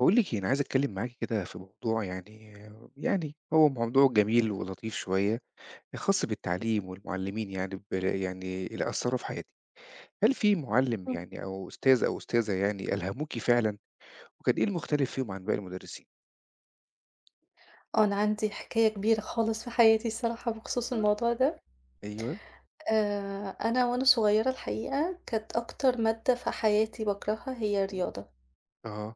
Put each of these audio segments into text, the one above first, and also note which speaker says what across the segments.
Speaker 1: باقول لِك إيه، أنا عايز أتكلّم معاكِ كده في موضوع يعني. هو موضوع جميل ولطيف شوية، خاص بالتعليم والمُعلّمين يعني يعني اللي أثّروا في حياتِك. هل في مُعلّم
Speaker 2: إمم.
Speaker 1: يعني أو أستاذ أو أستاذة يعني ألهموكِ فعلًا، وكان إيه المختلف فيهم عن باقي المُدرّسين؟
Speaker 2: آه، أنا عندي حكاية كبيرة خالص في حياتي الصراحة بخصوص الموضوع ده.
Speaker 1: أيوه.
Speaker 2: أنا وأنا صغيرة الحقيقة كانت أكتر مادة في حياتي باكرهها هي
Speaker 1: إمم.
Speaker 2: الرياضة،
Speaker 1: آه.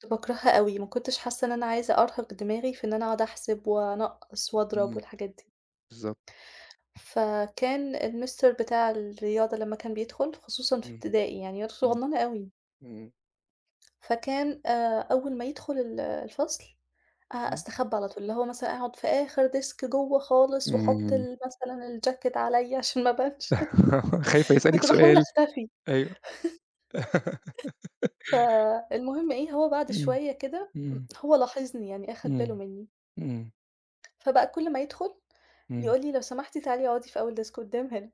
Speaker 2: كنت باكرهها أوي، ما كنتش حاسة إن أنا عايزة أرهق دماغي في إن أنا أقعد أحسب وأنقّص وأضرب
Speaker 1: إمم.
Speaker 2: والحاجات دي.
Speaker 1: بالضبط.
Speaker 2: فكان المستر بتاع الرياضة لمّا كان بيدخل خصوصًا في
Speaker 1: إمم.
Speaker 2: ابتدائي يعني وأنا
Speaker 1: إمم.
Speaker 2: صغننة أوي،
Speaker 1: إمم.
Speaker 2: فكان أول ما يدخل الفصل أ
Speaker 1: إمم.
Speaker 2: أستخبى على طول، اللي هو مثلًا أقعد في آخر ديسك جوّه خالص وأحط
Speaker 1: إمم.
Speaker 2: ال مثلًا الجاكيت عليَّ عشان ما أبانش.
Speaker 1: خايفة يسألِك
Speaker 2: كنت باحاول
Speaker 1: سؤال.
Speaker 2: أختفي.
Speaker 1: أيوه.
Speaker 2: فالمهم إيه، هو بعد
Speaker 1: إمم.
Speaker 2: شوية كده
Speaker 1: إمم.
Speaker 2: هو لاحظني يعني أخد باله
Speaker 1: إمم.
Speaker 2: منّي،
Speaker 1: إمم.
Speaker 2: فبقى كل ما يدخل
Speaker 1: إمم.
Speaker 2: يقول لي: "لو سمحتِ تعالي اقعدي في أول ديسك قدّام هنا."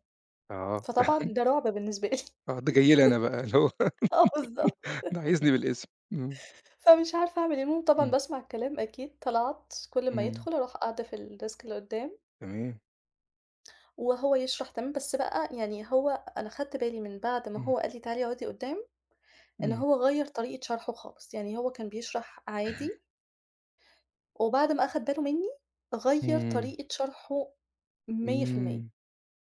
Speaker 1: آه.
Speaker 2: فطبعًا ده رعب بالنسبة لي.
Speaker 1: آه، ده جاي لي أنا بقى اللي هو.
Speaker 2: آه بالضبط،
Speaker 1: ده عايزني بالاسم. إمم.
Speaker 2: فمش عارفة أعمل إيه. المهم طبعًا
Speaker 1: إمم.
Speaker 2: باسمع الكلام أكيد، طلعت كل ما
Speaker 1: إمم.
Speaker 2: يدخل أروح قاعدة في الديسك اللي قدّام
Speaker 1: تمام.
Speaker 2: وهو يشرح تمام، بس بقى يعني هو أنا خدت بالي من بعد ما
Speaker 1: إمم.
Speaker 2: هو قال لي تعالي اقعدي قدّام إن
Speaker 1: إمم.
Speaker 2: هو غيّر طريقة شرحه خالص، يعني هو كان بيشرح عادي، وبعد ما أخد باله منّي غيّر
Speaker 1: إمم.
Speaker 2: طريقة شرحه 100%.
Speaker 1: إمم.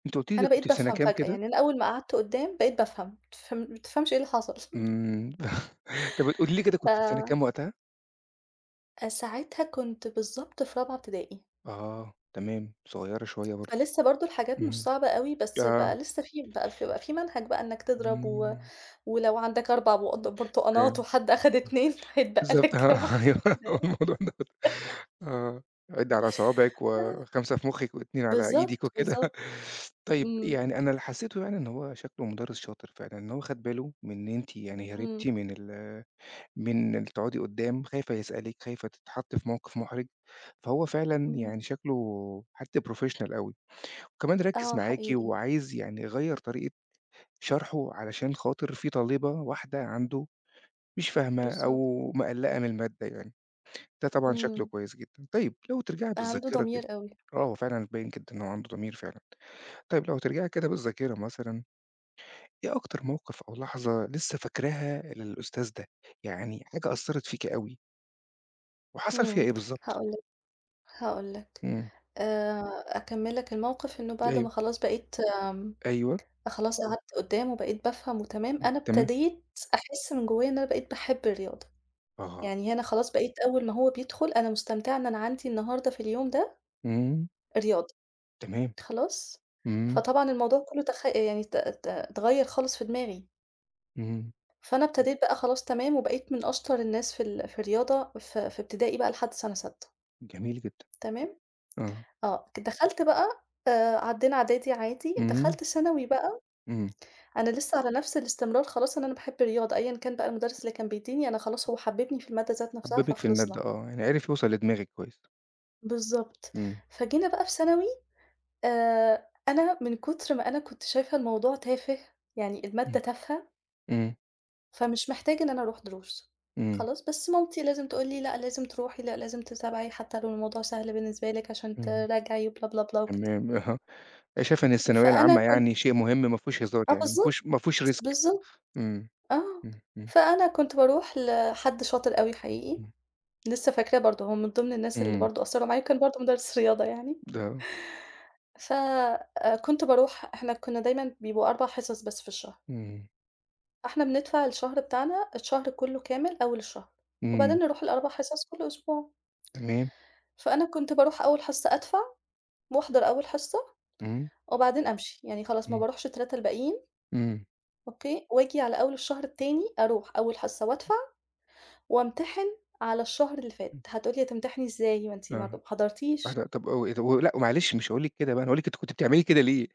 Speaker 1: أنتِ قُلتِ لي ده
Speaker 2: أنا بقيت
Speaker 1: كنتِ في سَنة
Speaker 2: بافهم
Speaker 1: كام
Speaker 2: فجأة،
Speaker 1: كده؟
Speaker 2: يعني أنا أول ما قعدت قدّام بقيت بافهم، ما تفهم ما تفهمش إيه اللي حصل.
Speaker 1: إمم. طَب قولي لي كده
Speaker 2: ف
Speaker 1: كنتِ في سَنة كام وقتها؟
Speaker 2: ساعتها كنت بالضبط في رابعة ابتدائي،
Speaker 1: آه، تمام، صغيّرة شوية برضه.
Speaker 2: فلسه برضه الحاجات مش
Speaker 1: إمم.
Speaker 2: صعبة أوي، بس
Speaker 1: آه.
Speaker 2: بقى لسه في منهج بقى إنك تضرب و
Speaker 1: إمم.
Speaker 2: ولو عندك 4 بُقط برتقانات
Speaker 1: فاهم.
Speaker 2: وحد أخد 2 هيتبقى
Speaker 1: بالضبط،
Speaker 2: لك كام
Speaker 1: آه، أيوه،
Speaker 2: وحاجات كده
Speaker 1: هو
Speaker 2: يعني.
Speaker 1: الموضوع ده. آه، عِدّي على صوابعِك و5 في مُخِّك و2 على إيدِك
Speaker 2: بالضبط،
Speaker 1: وكده.
Speaker 2: بالضبط.
Speaker 1: طيب
Speaker 2: إمم،
Speaker 1: يعني أنا اللي حسّيته يعني إن هو شكله مُدرِّس شاطر فعلًا، إن هو خَد باله من إن أنتِ يعني
Speaker 2: إمم،
Speaker 1: هربتِ من ال تقعدي قُدّام، خايفة يسألِك، خايفة تتحطّي في موقِف مُحرِج، فهو فعلًا
Speaker 2: إمم.
Speaker 1: يعني شكله حد professional أوي. وكمان ركِّز
Speaker 2: آه
Speaker 1: معاكِ
Speaker 2: حقيقي،
Speaker 1: وعايز يعني يغيّر طريقة شرحه علشان خاطر في طالبة واحدة عنده مش فاهمة
Speaker 2: بالضبط،
Speaker 1: أو مقلّقة من المادة يعني. ده طبعًا شكله
Speaker 2: إمم،
Speaker 1: كويس جدًا. طيب لو ترجعي
Speaker 2: عنده
Speaker 1: بالذاكرة كده.
Speaker 2: ضمير أوي،
Speaker 1: آه، هو فعلًا باين جدًا إن هو عنده ضمير فعلًا. طيب لو ترجعي كده بالذاكرة مثلًا، إيه أكتر موقف أو لحظة لسه فاكراها للأستاذ ده؟ يعني حاجة أثّرت فيكِ أوي، وحصل فيها
Speaker 2: إمم،
Speaker 1: إيه بالضبط؟
Speaker 2: هاقول لك هاقول لك
Speaker 1: إمم.
Speaker 2: آآ، أكمّل لك الموقف إنه بعد
Speaker 1: أيوه.
Speaker 2: ما خلاص بقيت
Speaker 1: أيوه.
Speaker 2: خلاص قعدت قدّامه وبقيت بافهم وتمام،
Speaker 1: إمم.
Speaker 2: أنا
Speaker 1: تمام.
Speaker 2: ابتديت أحس من جوايا إن أنا بقيت باحب الرياضة،
Speaker 1: آه.
Speaker 2: يعني هنا خلاص بقيت أول ما هو بيدخل أنا مستمتعة إن أنا عندي النهارده في اليوم ده
Speaker 1: إمم.
Speaker 2: رياضة،
Speaker 1: تمام.
Speaker 2: خلاص؟
Speaker 1: إمم.
Speaker 2: فطبعًا الموضوع كلّه تخ يعني ت ت اتغيّر خالص في دماغي.
Speaker 1: إمم.
Speaker 2: فأنا ابتديت بقى خلاص تمام، وبقيت من أشطر الناس في ال في الرياضة في ابتدائي بقى لحد سَنة سادسة
Speaker 1: جميل جدًا.
Speaker 2: تمام.
Speaker 1: آه.
Speaker 2: آه، دخلت بقى عدّينا إعدادي عادي،
Speaker 1: إمم.
Speaker 2: دخلت ثانوي بقى
Speaker 1: إمم.
Speaker 2: أنا لسه على نفس الاستمرار خلاص إن أنا باحب الرياضة، أيًا كان بقى المدرس اللي كان بيدّيني أنا خلاص هو حبّبني في المادة ذات نفسها
Speaker 1: حبّبِك في المادة
Speaker 2: فخلصنا.
Speaker 1: آه، يعني عرف يوصل لدماغِك كويس.
Speaker 2: بالضبط،
Speaker 1: إمم.
Speaker 2: فجينا بقى في ثانوي، أنا من كتر ما أنا كنت شايفة الموضوع تافه، يعني المادة
Speaker 1: إمم.
Speaker 2: تافهة
Speaker 1: إمم.
Speaker 2: فمش محتاج إن أنا أروح دروس،
Speaker 1: إمم.
Speaker 2: خلاص، بس مامتي لازم تقول لي لأ لازم تروحي، لأ لازم تتابعي حتى لو الموضوع سهل بالنسبة لِك عشان
Speaker 1: إمم.
Speaker 2: تراجعي بلا، بلا، بلا وكده.
Speaker 1: تمام. أها. شايفة إن الثانوية
Speaker 2: فأنا
Speaker 1: العامة
Speaker 2: كنت
Speaker 1: يعني شيء مهم ما فيهوش هزار
Speaker 2: آه
Speaker 1: يعني ما
Speaker 2: بالضبط،
Speaker 1: فيهوش ما فيهوش risk.
Speaker 2: بالضبط،
Speaker 1: إمم.
Speaker 2: آه.
Speaker 1: إمم. إمم.
Speaker 2: فأنا كنت باروح لحد شاطر أوي حقيقي،
Speaker 1: إمم.
Speaker 2: لسه فاكراه برضه هو من ضمن الناس اللي
Speaker 1: إمم.
Speaker 2: برضه أثّروا معايا وكان برضه مدرس رياضة يعني.
Speaker 1: ده.
Speaker 2: ف كنت باروح إحنا كنا دايمًا بيبقوا 4 حصص بس في الشهر،
Speaker 1: إمم.
Speaker 2: إحنا بندفع الشهر بتاعنا الشهر كُلّه كامل أول الشهر، وبعدين
Speaker 1: إمم.
Speaker 2: نروح ال4 حصص كل أسبوع.
Speaker 1: تمام.
Speaker 2: فأنا كنت باروح أول حصة أدفع وأحضر أول حصة
Speaker 1: إمم.
Speaker 2: وبعدين أمشي، يعني خلاص ما
Speaker 1: إمم.
Speaker 2: باروحش ال3 الباقيين
Speaker 1: إمم.
Speaker 2: أوكي، وآجي على أول الشهر التاني أروح أول حصة وأدفع وأمتحن على الشهر اللي فات،
Speaker 1: إمم.
Speaker 2: هتقولي هتمتحني إزاي ما أنتِ ما
Speaker 1: آه.
Speaker 2: ما حضرتيش،
Speaker 1: واحدة طب و طب و لأ معلش مش هاقول لِك كده بقى، أنا هاقول لِك أنتِ كنتِ بتعملي كده ليه؟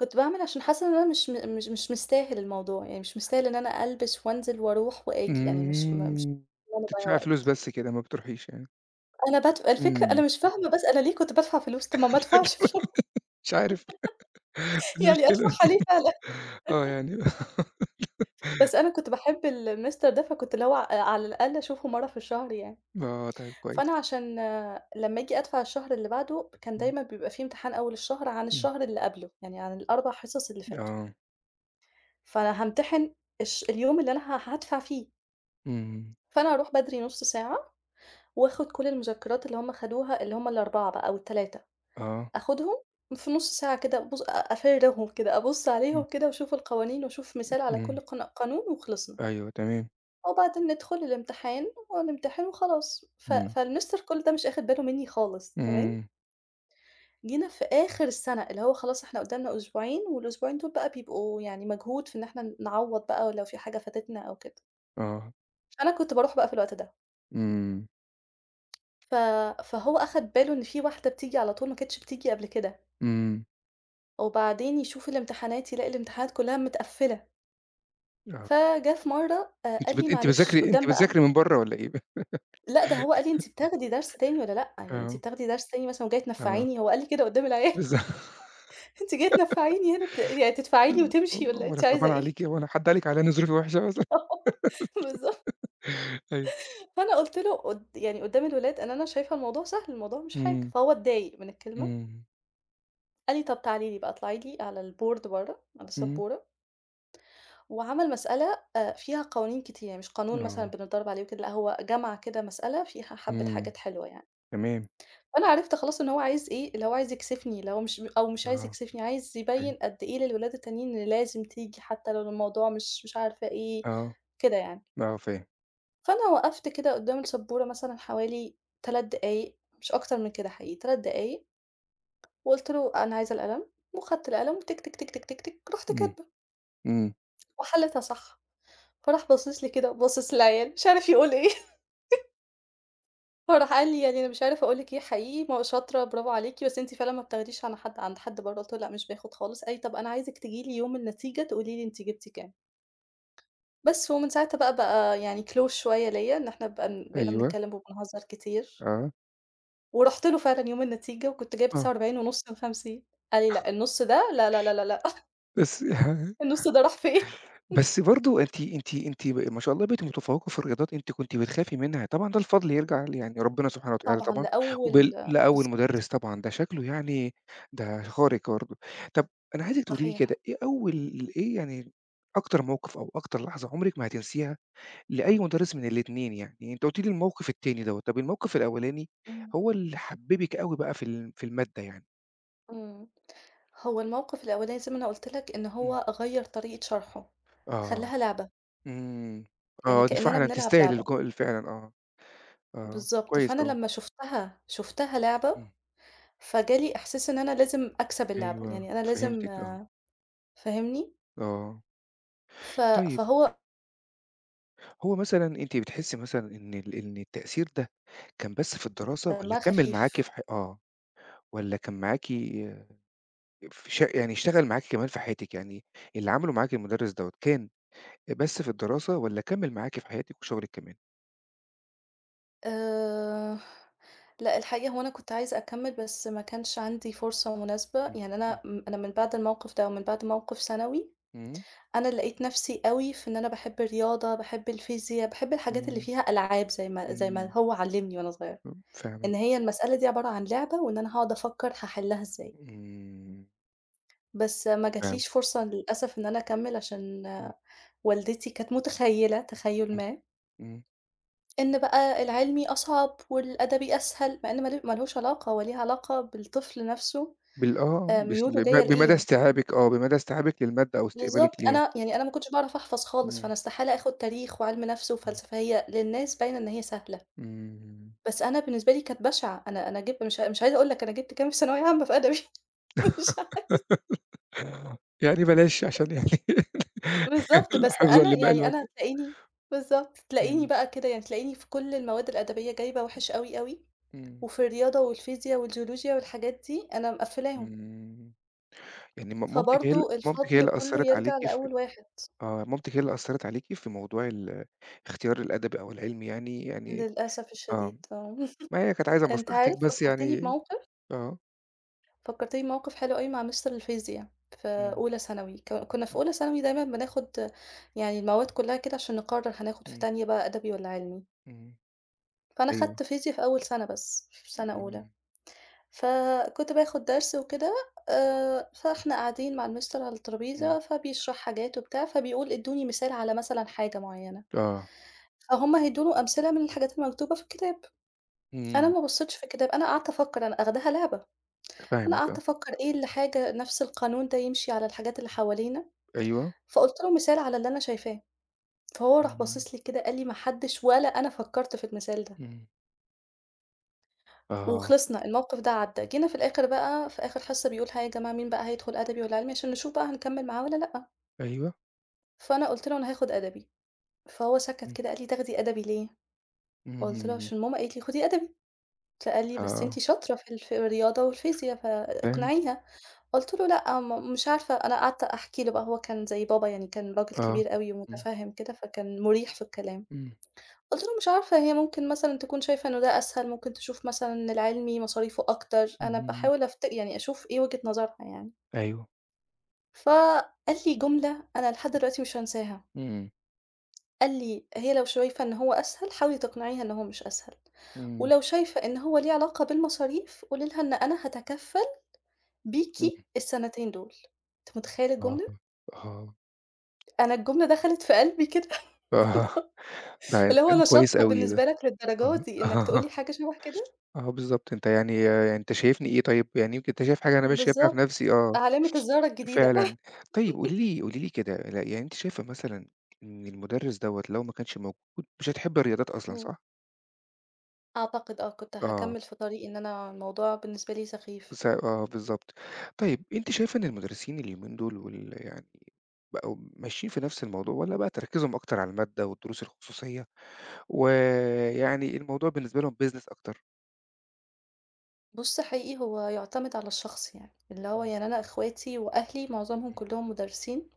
Speaker 2: كنت باعمل عشان حاسة إن أنا مش مستاهل الموضوع، يعني مش مستاهل إن أنا ألبس وأنزل وأروح وآجي، يعني مش
Speaker 1: إمم.
Speaker 2: إن أنا أضيّع
Speaker 1: تدفعي فلوس
Speaker 2: وقت.
Speaker 1: بس كده ما بتروحيش يعني.
Speaker 2: أنا بادف الفكرة أنا
Speaker 1: إمم.
Speaker 2: مش فاهمة بس أنا ليه كنت بادفع فلوس، طب ما أدفعش فلوس.
Speaker 1: مش عارف. دي
Speaker 2: يعني
Speaker 1: مشكلة.
Speaker 2: أدفعها ليه فعلًا؟
Speaker 1: آه يعني.
Speaker 2: بس أنا كنت باحب المستر ده، فكنت اللي هو على الأقل أشوفه مرّة في الشهر يعني.
Speaker 1: آه طيب كويس.
Speaker 2: فأنا عشان آه، لمّا آجي أدفع الشهر اللي بعده، كان
Speaker 1: إمم.
Speaker 2: دايمًا بيبقى في امتحان أول الشهر عن
Speaker 1: إمم.
Speaker 2: الشهر اللي قبله، يعني عن ال4 حصص اللي فاتوا.
Speaker 1: آه.
Speaker 2: فأنا هامتحن اليوم اللي أنا هادفع فيه،
Speaker 1: إمم.
Speaker 2: فأنا هاروح بدري نُص ساعة وآخد كل المذكرات اللي هم خدوها اللي هم ال4 بقى أو ال3،
Speaker 1: آه.
Speaker 2: آخدهم في نُص ساعة كده أبُص أفرّغهم كده، أبُص
Speaker 1: إمم.
Speaker 2: عليهم كده وأشوف القوانين وأشوف مثال على
Speaker 1: إمم.
Speaker 2: كل قانون وخلصنا.
Speaker 1: أيوه تمام.
Speaker 2: وبعدين ندخل الامتحان ونمتحن وخلاص. ف
Speaker 1: إمم.
Speaker 2: فالMister كل ده مش آخد باله منّي خالص تمام.
Speaker 1: إمم.
Speaker 2: جينا في آخر السَنة اللي هو خلاص إحنا قدّامنا أسبوعين والأسبوعين دول بقى بيبقوا يعني مجهود في إن إحنا نعوّض بقى لو في حاجة فاتتنا أو كده،
Speaker 1: آه.
Speaker 2: فأنا كنت باروح بقى في الوقت ده.
Speaker 1: إمم.
Speaker 2: ف فهو أخد باله إن في واحدة بتيجي على طول ما كانتش بتيجي قبل كده،
Speaker 1: إمم.
Speaker 2: وبعدين يشوف الامتحانات يلاقي الامتحانات كلّها متقفّلة،
Speaker 1: آه.
Speaker 2: فجَه في مرّة
Speaker 1: أنتِ
Speaker 2: قال لي:
Speaker 1: بت أنتِ
Speaker 2: "معلش"
Speaker 1: بتذاكري أنتِ
Speaker 2: قدّام بقى
Speaker 1: بتذاكري من برّه والّا إيه بقى؟
Speaker 2: لأ، ده هو قال لي: "أنتِ بتاخدي درس تاني والّا لأ؟ يعني أنتِ
Speaker 1: آه.
Speaker 2: بتاخدي درس تاني مثلًا وجاية
Speaker 1: آه،
Speaker 2: تنفّعيني؟" هو قال لي كده قدّام العيال.
Speaker 1: بالضبط.
Speaker 2: "أنتِ جاية تنفّعيني هنا يعني تدفعي لي وتمشي والّا
Speaker 1: وأنا
Speaker 2: أنتِ عايزة
Speaker 1: صعبان
Speaker 2: إيه؟"
Speaker 1: عليكِ، هو أنا حد قال لِك عليّا إن ظروفي وحشة مثلًا؟
Speaker 2: آه، بالضبط.
Speaker 1: أيوه.
Speaker 2: فأنا قُلت له يعني قدّام الولاد أنا شايفة الموضوع سهل، الموضوع مش حاجة،
Speaker 1: إمم.
Speaker 2: فهو اتضايق من الكلمة.
Speaker 1: إمم.
Speaker 2: قال لي: "طَب تعالي لي بقى اطلعي لي على الboard برّه، على
Speaker 1: إمم.
Speaker 2: السبورة." وعمل مسألة فيها قوانين كتير، يعني مش قانون مثلًا
Speaker 1: آه.
Speaker 2: بنتضارب عليه وكده، لأ، هو جمع كده مسألة فيها حبّة
Speaker 1: إمم.
Speaker 2: حاجات حلوة يعني.
Speaker 1: تمام.
Speaker 2: فأنا عرفت خلاص إن هو عايز إيه، اللي هو عايز يكسفني، اللي هو مش عايز
Speaker 1: آه.
Speaker 2: يكسفني، عايز
Speaker 1: فاهم.
Speaker 2: يبيّن قد إيه للولاد التانيين إن لازم تيجي حتى لو الموضوع مش عارفة إيه،
Speaker 1: آه.
Speaker 2: كده يعني.
Speaker 1: آه. فاهم.
Speaker 2: فأنا وقفت كده قدّام السبورة مثلًا حوالي 3 دقايق، مش أكتر من كده حقيقي، 3 دقايق، وقُلت له: "أنا عايزة القلم." وخدت القلم وتِك، تِك، تِك، تِك، تِك، تِك، رُحت
Speaker 1: إمم.
Speaker 2: كاتبة
Speaker 1: إمم.
Speaker 2: وحليتها صح. فراح باصص لي كده وباصص للعيال، مش عارف يقول إيه. فراح قال لي يعني أنا مش عارف أقول لِك إيه حقيقي ما شاطرة برافو عليكِ، بس أنتِ فعلًا ما بتاخديش عن حد عند حد برّه. قُلت له: "لأ مش باخد خالص." قال لي: "طَب أنا عايزِك تيجي لي يوم النتيجة تقولي لي أنتِ جبتِ كام." بس، ومن ساعتها بقى يعني close شوية ليّا، إن إحنا بقينا
Speaker 1: أيوه.
Speaker 2: بنتكلم وبنهزر كتير.
Speaker 1: آه.
Speaker 2: ورُحت له فعلًا يوم النتيجة وكنت جايبة
Speaker 1: آه.
Speaker 2: 49.5 من 50. قال لي: "لأ النُص ده لا، لا، لا، لا، لأ.
Speaker 1: بس.
Speaker 2: النُص ده راح فين؟"
Speaker 1: بس برضه أنتِ أنتِ أنتِ ب ما شاء الله بقيتِ متفوّقة في الرياضات أنتِ كنتِ بتخافي منها، طبعًا ده الفضل يرجع يعني ربنا سبحانه وتعالى
Speaker 2: طبعًا
Speaker 1: طبعًا،
Speaker 2: لأول
Speaker 1: لأول
Speaker 2: بالضبط،
Speaker 1: مدرس طبعًا ده شكله يعني ده خارق برضه. طب أنا عايزِك تقولي لي كده
Speaker 2: صحيح.
Speaker 1: إيه أول. إيه يعني أكتر موقِف أو أكتر لحظة عمرِك ما هتنسيها لأي مدرس من الاتنين يعني؟ أنتِ قُلتِ لي الموقِف التاني دوّة، طب الموقِف الأولاني
Speaker 2: إمم.
Speaker 1: هو اللي حبّبِك أوي بقى في ال في المادة يعني؟
Speaker 2: إمم. هو الموقف الأولاني زي ما أنا قُلت لك إن
Speaker 1: إمم.
Speaker 2: هو غيّر طريقة شرحه،
Speaker 1: آه.
Speaker 2: خلّاها لعبة،
Speaker 1: إمم.
Speaker 2: يعني
Speaker 1: آه، دي
Speaker 2: كإننا
Speaker 1: فعلًا
Speaker 2: بنلعب
Speaker 1: تستاهل
Speaker 2: لعبة.
Speaker 1: الك فعلًا آه. آه،
Speaker 2: بالضبط،
Speaker 1: كويس
Speaker 2: فأنا
Speaker 1: أوي.
Speaker 2: لمّا شُفتها لعبة،
Speaker 1: إمم.
Speaker 2: فجالي إحساس إن أنا لازم أكسب اللعبة،
Speaker 1: أيوه،
Speaker 2: يعني أنا لازم
Speaker 1: فهمتِك آه.
Speaker 2: آه، فاهمني؟
Speaker 1: آه.
Speaker 2: ف
Speaker 1: طيب
Speaker 2: فهو
Speaker 1: هو مثلًا أنتِ بتحسّي مثلًا إن التأثير ده كان بس في الدراسة والّا
Speaker 2: دمها
Speaker 1: كمّل معاكِ
Speaker 2: خفيف.
Speaker 1: في ح آه، والّا كان معاكِ في ش يعني اشتغل معاكِ كمان في حياتِك، يعني اللي عمله معاكِ المُدرّس دوّة كان بس في الدراسة والّا كمّل معاكِ في حياتِك وشغلِك كمان؟
Speaker 2: آآ لأ الحقيقة هو أنا كنت عايزة أكمّل بس ما كانش عندي فرصة مناسبة،
Speaker 1: إمم.
Speaker 2: يعني
Speaker 1: إمم.
Speaker 2: أنا من بعد الموقف ده ومن بعد موقف ثانوي
Speaker 1: إمم.
Speaker 2: أنا لقيت نفسي أوي في إن أنا باحب الرياضة، باحب الفيزيا، باحب الحاجات اللي
Speaker 1: إمم.
Speaker 2: فيها ألعاب زي ما
Speaker 1: إمم.
Speaker 2: هو علّمني وأنا صغيرة،
Speaker 1: إمم. فاهمِك.
Speaker 2: إن هي المسألة دي عبارة عن لعبة وإن أنا هاقعد أفكّر هاحلّها إزاي،
Speaker 1: إمم.
Speaker 2: بس ما
Speaker 1: فاهمِك.
Speaker 2: جاتليش فرصة للأسف إن أنا أكمّل عشان
Speaker 1: إمم.
Speaker 2: آه. والدتي كانت متخيّلة تخيُّل
Speaker 1: إمم.
Speaker 2: ما،
Speaker 1: إمم.
Speaker 2: إن بقى العلمي أصعب والأدبي أسهل، مع إن ما لهوش علاقة، هو ليه علاقة بالطفل نفسه.
Speaker 1: آه، بس
Speaker 2: ميوله جاية
Speaker 1: بمدى
Speaker 2: لإيه.
Speaker 1: استيعابِك آه، بمدى استيعابِك للمادة أو
Speaker 2: بالضبط،
Speaker 1: استقبالِك ليها.
Speaker 2: أنا ما كنتش باعرف أحفظ خالص، فأنا
Speaker 1: إمم.
Speaker 2: استحالة آخُد تاريخ وعلم نفس
Speaker 1: إمم.
Speaker 2: وفلسفة، هي للناس باينة إن هي سهلة.
Speaker 1: إمم.
Speaker 2: بس أنا بالنسبة لي كانت بشعة، أنا جِبت مش عايزة أقول لك أنا جِبت كام في ثانوية عامة في أدبي. مش عارفة
Speaker 1: يعني بلاش عشان يعني.
Speaker 2: بالضبط، بس
Speaker 1: حفظًا لما
Speaker 2: أنا
Speaker 1: الوجه.
Speaker 2: هتلاقيني بالضبط، تلاقيني
Speaker 1: إمم.
Speaker 2: بقى كده يعني تلاقيني في كل المواد الأدبية جايبة وِحِش أوي، أوي،
Speaker 1: إمم.
Speaker 2: وفي الرياضة والفيزيا والجيولوجيا والحاجات دي أنا مقفّلاهم.
Speaker 1: إمم. يعني م مامتِك هي ال
Speaker 2: فبرضه
Speaker 1: مامتِك هي
Speaker 2: الفضل
Speaker 1: اللي
Speaker 2: كُلّه
Speaker 1: أثّرت عليكِ
Speaker 2: يرجع
Speaker 1: في
Speaker 2: لأول واحد
Speaker 1: آه. مامتِك هي اللي أثّرت عليكِ في موضوع اختيار الأدبي أو العلمي يعني
Speaker 2: للأسف
Speaker 1: آه.
Speaker 2: الشديد آه.
Speaker 1: ما هي كانت عايزة
Speaker 2: أنت
Speaker 1: مصلحتِك
Speaker 2: عارف
Speaker 1: بس
Speaker 2: فكّرتني
Speaker 1: يعني.
Speaker 2: بموقف،
Speaker 1: آه.
Speaker 2: فكّرتيني بموقف حلو أوي مع مستر الفيزيا في
Speaker 1: إمم.
Speaker 2: أولى ثانوي. كنا في
Speaker 1: إمم.
Speaker 2: أولى ثانوي دايمًا بناخد يعني المواد كلّها كده عشان نقرّر هناخد في
Speaker 1: إمم.
Speaker 2: تانية بقى أدبي والّا علمي.
Speaker 1: إمم.
Speaker 2: فأنا
Speaker 1: أيوه.
Speaker 2: خدت فيزيا في أول سَنة بس، في سَنة أولى،
Speaker 1: إمم.
Speaker 2: فكنت باخد درس وكده. فإحنا قاعدين مع المستر على
Speaker 1: إمم.
Speaker 2: الترابيزة فبيشرح حاجات وبتاع، فبيقول ادّوني مثال على مثلًا حاجة معيّنة،
Speaker 1: آه.
Speaker 2: فهُم هيدّوا له أمثلة من الحاجات المكتوبة في الكتاب. أنا
Speaker 1: إمم.
Speaker 2: ما بصّيتش في الكتاب، أنا قعدت أفكّر أنا آخداها لعبة. أنا
Speaker 1: فاهمِك
Speaker 2: قعدت
Speaker 1: آه.
Speaker 2: أفكّر إيه اللي حاجة نفْس القانون ده يمشي على الحاجات اللي حوالينا،
Speaker 1: أيوه.
Speaker 2: فقُلت له مثال على اللي أنا شايفاه. فهو راح
Speaker 1: إمم.
Speaker 2: باصص لي كده قال لي: "ما حدّش ولا أنا فكّرت في المثال ده."
Speaker 1: إمم. آه.
Speaker 2: وخلصنا، الموقف ده عدّى. جينا في الآخر بقى في آخر حصة بيقول: "ها يا جماعة مين بقى هيدخل أدبي والّا علمي؟" عشان نشوف بقى هنكمّل معاه والّا لأ.
Speaker 1: أيوه.
Speaker 2: فأنا قُلت له: "أنا هاخد أدبي." فهو سَكَت
Speaker 1: إمم.
Speaker 2: كده قال لي: "تاخدي أدبي ليه؟" قُلت له:
Speaker 1: إمم.
Speaker 2: "عشان ماما قالت لي خدي أدبي." فقال لي: "بس
Speaker 1: آه،
Speaker 2: أنتِ شاطرة في الرياضة والفيزيا
Speaker 1: فاهم.
Speaker 2: فاقنعيها." قُلت له: "لأ، مش عارفة." أنا قعدت أحكي له بقى، هو كان زي بابا يعني، كان راجل
Speaker 1: آه.
Speaker 2: كبير أوي
Speaker 1: إمم.
Speaker 2: ومُتفهِّم كده، فكان مُريح في الكلام.
Speaker 1: إمم.
Speaker 2: قُلت له: "مش عارفة، هي ممكن مثلًا تكون شايفة إنه ده أسهل، ممكن تشوف مثلًا إن العلمي مصاريفه أكتر." أنا
Speaker 1: اهم.
Speaker 2: باحاول يعني أشوف إيه وجهة نظرها يعني.
Speaker 1: أيوه.
Speaker 2: فقال لي جملة أنا لحد دلوقتي مش هانساها،
Speaker 1: إمم.
Speaker 2: قال لي: "هي لو شايفة إن هو أسهل، حاولي تقنعيها إن هو مش أسهل،
Speaker 1: إمم.
Speaker 2: ولو شايفة إن هو ليه علاقة بالمصاريف، قولي لها إن أنا هاتكفّل
Speaker 1: إمم.
Speaker 2: بيكِ السنتين دول." أنت مُتخيّل
Speaker 1: آه.
Speaker 2: الجملة؟!
Speaker 1: آه.
Speaker 2: أنا الجملة دخلت في قلبي كده.
Speaker 1: آه. ده
Speaker 2: اللي هو
Speaker 1: إنسان
Speaker 2: أنا
Speaker 1: كويس
Speaker 2: شاطرة
Speaker 1: أوي ده.
Speaker 2: بالنسبة لك للدرجة دي إنك تقول
Speaker 1: آه.
Speaker 2: لي حاجة شبه كده؟
Speaker 1: آه. بالضبط. أنت يعني أنت شايفني إيه طيب، يعني يمكن أنت شايف حاجة أنا مش شايفها في
Speaker 2: بالضبط،
Speaker 1: نفسي، آه.
Speaker 2: علامة الزارة الجديدة.
Speaker 1: فعلًا. طيب قولي لي قولي لي كده، يعني أنتِ شايفة مثلًا إن المدرس دوّة لو ما كانش موجود مش هتحبي الرياضات أصلًا
Speaker 2: إمم،
Speaker 1: صح؟
Speaker 2: أعتقد آه، كنت
Speaker 1: آه.
Speaker 2: هاكمّل في طريقي إن أنا الموضوع بالنسبة لي سخيف.
Speaker 1: آه، بالضبط. طيب أنتِ شايفة إن المدرسين اليومين دول يعني بقوا ماشيين في نفس الموضوع والّا بقى تركيزهم أكتر على المادة والدروس الخصوصية، ويعني الموضوع بالنسبة لهم business أكتر؟
Speaker 2: بُص حقيقي هو يُعتمد على الشخص يعني، اللي هو
Speaker 1: إمم.
Speaker 2: يعني أنا إخواتي وأهلي معظمهم
Speaker 1: إمم.
Speaker 2: كلّهم مُدرّسين.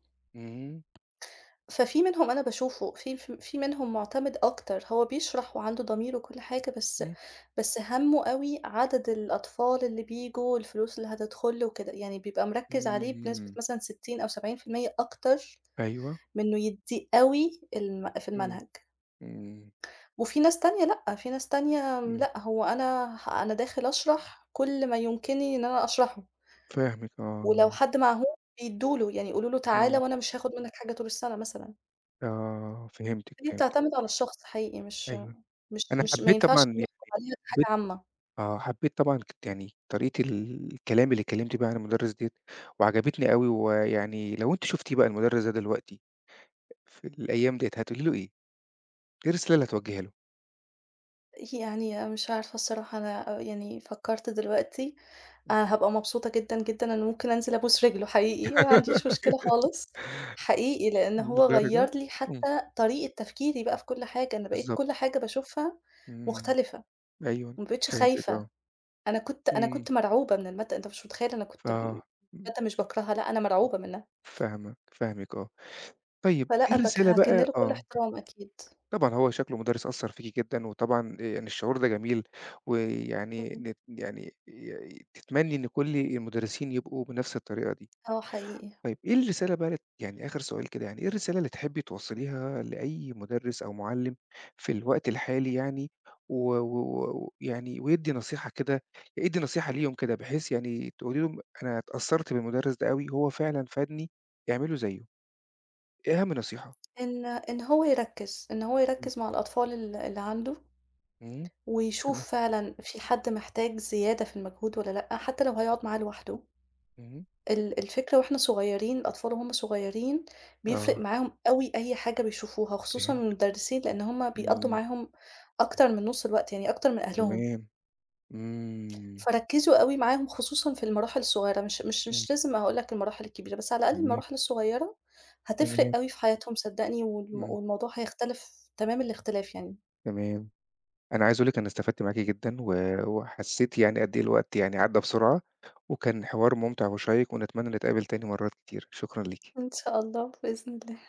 Speaker 2: ففي منهم أنا باشوفه، في منهم مُعتمِد أكتر، هو بيشرح وعنده ضمير وكل حاجة، بس
Speaker 1: إمم.
Speaker 2: بس هَمُّه أوي عدد الأطفال اللي بييجوا، الفلوس اللي هتدخُل له وكده، يعني بيبقى مركِّز عليه بنسبة
Speaker 1: إمم.
Speaker 2: مثلًا 60 أو 70% أكتر
Speaker 1: أيوه.
Speaker 2: من إنه يدّيه أوي في
Speaker 1: إمم.
Speaker 2: المنهج.
Speaker 1: إمم.
Speaker 2: وفي ناس تانية لأ، في ناس تانية
Speaker 1: إمم.
Speaker 2: لأ، هو أنا داخل أشرح كل ما يُمكنني إن أنا أشرحه،
Speaker 1: فاهمِك آه.
Speaker 2: ولو حد معهوش بيدّوا له، يعني يقولوا له تعالَ
Speaker 1: إمم.
Speaker 2: وأنا مش هاخُد منّك حاجة طول السَّنة مثلًا.
Speaker 1: آه. فهمتِك.
Speaker 2: هي
Speaker 1: فهمتِك.
Speaker 2: بتعتمد على الشخص حقيقي، مش
Speaker 1: أيوه.
Speaker 2: مش
Speaker 1: أنا
Speaker 2: مش ما
Speaker 1: حبيت
Speaker 2: ينفعش
Speaker 1: طبعًا يعني
Speaker 2: نحكم عليها
Speaker 1: حبيت
Speaker 2: كحاجة عامة.
Speaker 1: آه، حبيت طبعًا يعني طريقة الكلام اللي اتكلمتِ بيها عن المدرس ديّة، وعجبتني أوي، ويعني لو أنتِ شُفتِ بقى المدرس ده دلوقتي في الأيام ديّة هتقولي له إيه؟ إيه الرسالة اللي هتوجّهيها له؟
Speaker 2: يعني مش عارفة الصراحة أنا يعني فكّرت دلوقتي أنا هابقى مبسوطة جدًا، جدًا، أنا ممكن أنزل أبوس رجله حقيقي، ما عنديش مشكلة خالص، حقيقي، لإن هو
Speaker 1: للدرجة!
Speaker 2: غيّر لي
Speaker 1: إمم.
Speaker 2: حتى طريقة تفكيري بقى في كل حاجة، أنا بقيت كل
Speaker 1: بالضبط.
Speaker 2: حاجة باشوفها
Speaker 1: إمم.
Speaker 2: مختلفة،
Speaker 1: أيوه.
Speaker 2: ما بقيتش
Speaker 1: فهمتِك
Speaker 2: خايفة.
Speaker 1: آه.
Speaker 2: أنا
Speaker 1: إمم.
Speaker 2: كنت مرعوبة من المادة، أنت مش متخيّل أنا
Speaker 1: ف
Speaker 2: كنت م مادة مش باكرهها، لأ أنا مرعوبة منها.
Speaker 1: فاهمك. فاهمِك آه. طيب إيه
Speaker 2: فلأ باك
Speaker 1: الرسالة
Speaker 2: هاكِن
Speaker 1: بقى
Speaker 2: له كل
Speaker 1: آه،
Speaker 2: احترام أكيد.
Speaker 1: طبعًا هو شكله مُدرّس أثّر فيكِ جدًا، وطبعًا يعني الشعور ده جميل، ويعني
Speaker 2: إمم.
Speaker 1: نت يعني ي تتمني إن كل المُدرّسين يبقوا بنفس الطريقة دي.
Speaker 2: آه حقيقي.
Speaker 1: طيب إيه الرسالة بقى يعني آخر سؤال كده يعني، إيه الرسالة اللي تحبّي توصّليها لأي مُدرِّس أو مُعلِّم في الوقت الحالي يعني، و و ويعني ويدّي نصيحة كده يدّي نصيحة ليهم كده بحيث يعني تقولي لهم أنا اتأثّرت بالمُدرِّس ده أوي، هو فعلًا فادني، اعملوا زيّه، إيه أهم نصيحة؟
Speaker 2: إن هو يركّز، إن هو
Speaker 1: إمم.
Speaker 2: يركّز مع الأطفال اللي عنده،
Speaker 1: إمم. تمام.
Speaker 2: ويشوف فعلًا في حد محتاج زيادة في المجهود والّا لأ، حتى لو هيقعد معاه لوحده.
Speaker 1: إمم.
Speaker 2: الفكرة وإحنا صغيرين، الأطفال وهُم صغيرين بيفرق
Speaker 1: آه.
Speaker 2: معاهم أوي أي حاجة بيشوفوها، خصوصًا من
Speaker 1: فهمتِك.
Speaker 2: المدرسين لإن هُم بيقضّوا
Speaker 1: إمم.
Speaker 2: معاهم أكتر من نُص الوقت، يعني أكتر من أهلهم.
Speaker 1: تمام. إمم.
Speaker 2: فركّزوا أوي معاهم خصوصًا في المراحل الصغيّرة، مش مش
Speaker 1: إمم.
Speaker 2: مش لازم هاقول لك المراحل الكبيرة، بس على الأقل
Speaker 1: تمام.
Speaker 2: المراحل الصغيّرة
Speaker 1: تمام.
Speaker 2: هتفرق أوي في حياتهم صدّقني،
Speaker 1: إمم.
Speaker 2: والموضوع هيختلف تمام الاختلاف يعني.
Speaker 1: تمام. أنا عايز أقول لِك أنا استفدت معاكِ جدًا، وحسيت يعني قد إيه الوقت يعني عدّى بسرعة، وكان حوار ممتع وشيّق، ونتمنى نتقابل تاني مرات كتير، شكرًا ليكِ.
Speaker 2: إن شاء الله بإذن الله.